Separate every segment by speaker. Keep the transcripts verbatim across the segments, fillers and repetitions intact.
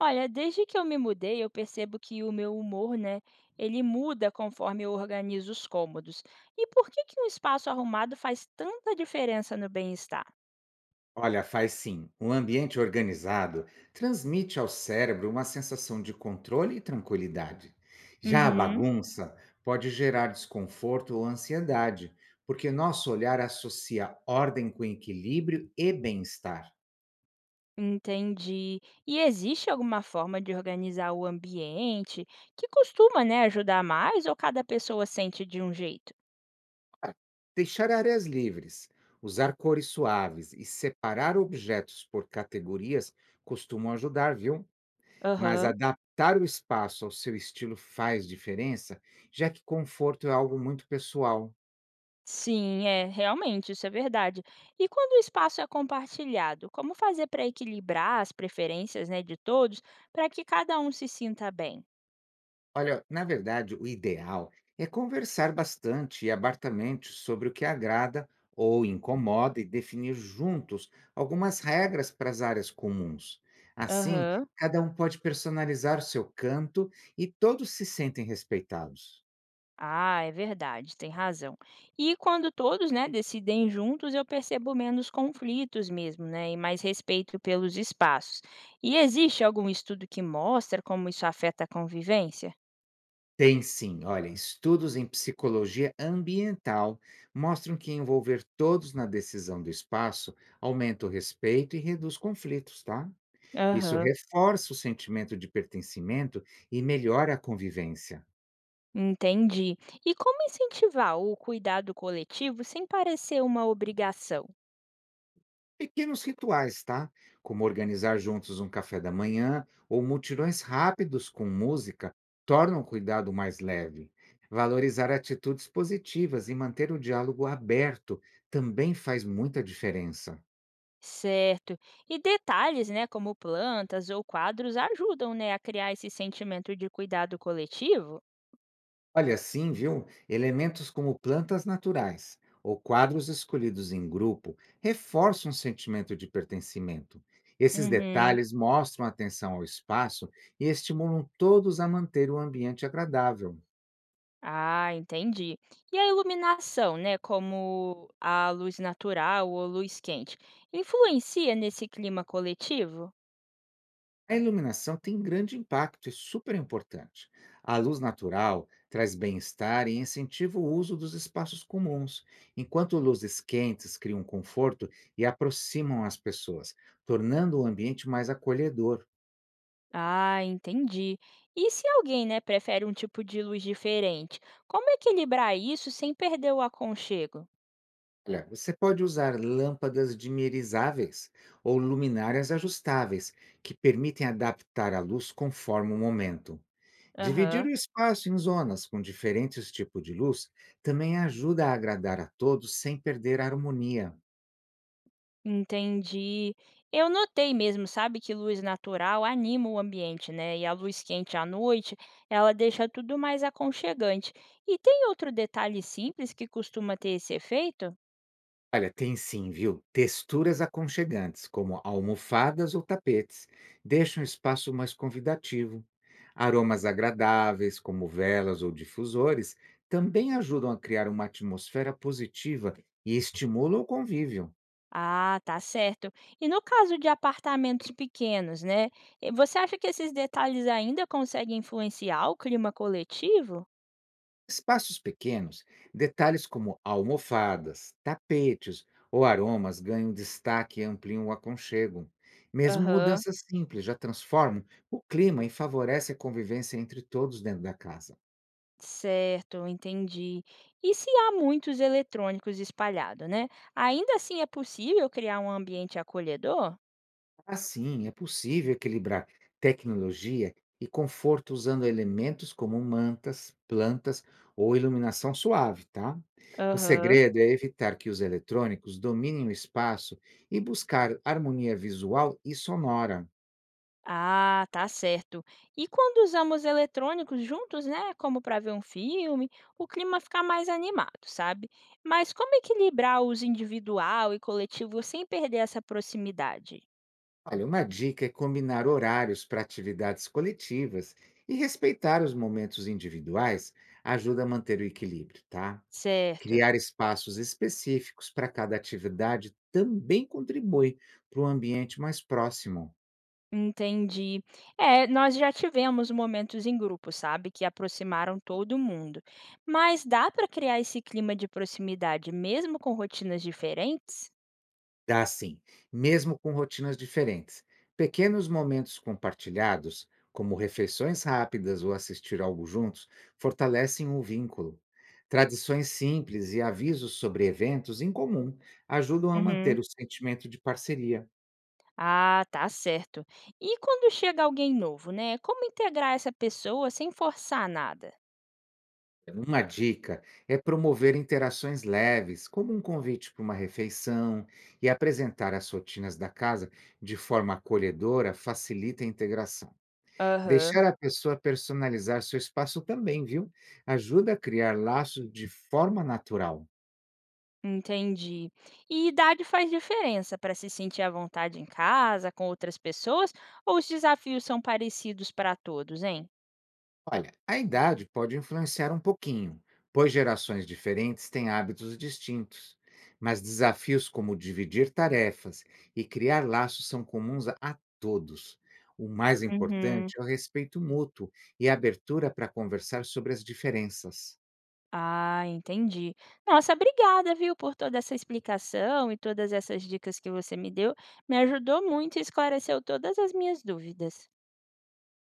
Speaker 1: Olha, desde que eu me mudei, eu percebo que o meu humor, né, ele muda conforme eu organizo os cômodos. E por que que um espaço arrumado faz tanta diferença no bem-estar?
Speaker 2: Olha, faz sim. Um ambiente organizado transmite ao cérebro uma sensação de controle e tranquilidade. Já a
Speaker 1: Uhum,
Speaker 2: bagunça pode gerar desconforto ou ansiedade, porque nosso olhar associa ordem com equilíbrio e bem-estar.
Speaker 1: entendi. E existe alguma forma de organizar o ambiente que costuma, né, ajudar mais ou cada pessoa sente de um jeito?
Speaker 2: Deixar áreas livres, usar cores suaves e separar objetos por categorias costumam ajudar, viu? Mas
Speaker 1: Aham.
Speaker 2: adaptar o espaço ao seu estilo faz diferença, já que conforto é algo muito pessoal.
Speaker 1: Sim, é, realmente, isso é verdade. E quando o espaço é compartilhado, como fazer para equilibrar as preferências, né, de todos, para que cada um se sinta bem?
Speaker 2: Olha, na verdade, o ideal é conversar bastante e abertamente sobre o que agrada ou incomoda e definir juntos algumas regras para as áreas comuns. Assim,
Speaker 1: Aham.
Speaker 2: cada um pode personalizar o seu canto e todos se sentem respeitados.
Speaker 1: Ah, é verdade, tem razão. E quando todos, né, decidem juntos, eu percebo menos conflitos mesmo, né, e mais respeito pelos espaços. E existe algum estudo que mostra como isso afeta a convivência?
Speaker 2: Tem sim, olha, estudos em psicologia ambiental mostram que envolver todos na decisão do espaço aumenta o respeito e reduz conflitos, tá? Isso
Speaker 1: Aham.
Speaker 2: reforça o sentimento de pertencimento e melhora a convivência.
Speaker 1: Entendi. E como incentivar o cuidado coletivo sem parecer uma obrigação?
Speaker 2: Pequenos rituais, tá? Como organizar juntos um café da manhã ou mutirões rápidos com música, tornam o cuidado mais leve. Valorizar atitudes positivas e manter o diálogo aberto também faz muita diferença.
Speaker 1: Certo. E detalhes, né, como plantas ou quadros ajudam, né, a criar esse sentimento de cuidado coletivo?
Speaker 2: Olha, sim, viu? Elementos como plantas naturais ou quadros escolhidos em grupo reforçam o sentimento de pertencimento. Esses
Speaker 1: Uhum.
Speaker 2: detalhes mostram atenção ao espaço e estimulam todos a manter o ambiente agradável.
Speaker 1: Ah, entendi. E a iluminação, né, como a luz natural ou luz quente, influencia nesse clima coletivo?
Speaker 2: A iluminação tem grande impacto e super importante. A luz natural traz bem-estar e incentiva o uso dos espaços comuns, enquanto luzes quentes criam conforto e aproximam as pessoas, tornando o ambiente mais acolhedor.
Speaker 1: Ah, entendi. E se alguém, né, prefere um tipo de luz diferente, como equilibrar isso sem perder o aconchego?
Speaker 2: Olha, você pode usar lâmpadas dimerizáveis ou luminárias ajustáveis, que permitem adaptar a luz conforme o momento. Dividir
Speaker 1: Aham.
Speaker 2: o espaço em zonas com diferentes tipos de luz também ajuda a agradar a todos sem perder a harmonia.
Speaker 1: Entendi. Eu notei mesmo, sabe, que luz natural anima o ambiente, né? E a luz quente à noite, ela deixa tudo mais aconchegante. E tem outro detalhe simples que costuma ter esse efeito?
Speaker 2: Olha, tem sim, viu? Texturas aconchegantes, como almofadas ou tapetes, deixam o espaço mais convidativo. Aromas agradáveis, como velas ou difusores, também ajudam a criar uma atmosfera positiva e estimulam o convívio.
Speaker 1: Ah, tá certo. E no caso de apartamentos pequenos, né? eh, Você acha que esses detalhes ainda conseguem influenciar o clima coletivo?
Speaker 2: Espaços pequenos, detalhes como almofadas, tapetes ou aromas ganham destaque e ampliam o aconchego. Mesmo
Speaker 1: Aham,
Speaker 2: mudanças simples já transformam o clima e favorecem a convivência entre todos dentro da casa.
Speaker 1: certo, entendi. E se há muitos eletrônicos espalhados, né? Ainda assim é possível criar um ambiente acolhedor?
Speaker 2: Assim, é possível equilibrar tecnologia e conforto usando elementos como mantas, plantas ou iluminação suave, tá? O
Speaker 1: Aham.
Speaker 2: segredo é evitar que os eletrônicos dominem o espaço e buscar harmonia visual e sonora.
Speaker 1: Ah, tá certo. E quando usamos eletrônicos juntos, né, como para ver um filme, o clima fica mais animado, sabe? Mas como equilibrar o uso individual e coletivo sem perder essa proximidade?
Speaker 2: Olha, uma dica é combinar horários para atividades coletivas e respeitar os momentos individuais ajuda a manter o equilíbrio, tá?
Speaker 1: Certo,
Speaker 2: Criar espaços específicos para cada atividade também contribui para um ambiente mais próximo.
Speaker 1: entendi. É, nós já tivemos momentos em grupo, sabe, que aproximaram todo mundo. Mas dá para criar esse clima de proximidade mesmo com rotinas diferentes?
Speaker 2: Dá sim, mesmo com rotinas diferentes. Pequenos momentos compartilhados, como refeições rápidas ou assistir algo juntos, fortalecem o vínculo. Tradições simples e avisos sobre eventos em comum ajudam a
Speaker 1: Uhum.
Speaker 2: manter o sentimento de parceria.
Speaker 1: Ah, tá certo. E quando chega alguém novo, né? Como integrar essa pessoa sem forçar nada?
Speaker 2: É uma dica é promover interações leves, como um convite para uma refeição, e apresentar as rotinas da casa de forma acolhedora facilita a integração.
Speaker 1: Aham.
Speaker 2: Deixar a pessoa personalizar seu espaço também, viu? Ajuda a criar laços de forma natural.
Speaker 1: Entendi. E idade faz diferença para se sentir à vontade em casa, com outras pessoas, ou os desafios são parecidos para todos, hein?
Speaker 2: Olha, a idade pode influenciar um pouquinho, pois gerações diferentes têm hábitos distintos. Mas desafios como dividir tarefas e criar laços são comuns a a todos. O mais
Speaker 1: Uhum.
Speaker 2: importante é o respeito mútuo e a abertura para conversar sobre as diferenças.
Speaker 1: Ah, entendi. Nossa, obrigada, viu, por toda essa explicação e todas essas dicas que você me deu. Me ajudou muito e esclareceu todas as minhas dúvidas.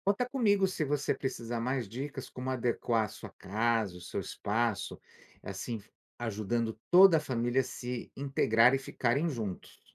Speaker 2: Conta comigo se você precisar mais dicas como adequar a sua casa, o seu espaço, assim ajudando toda a família a se integrar e ficarem juntos.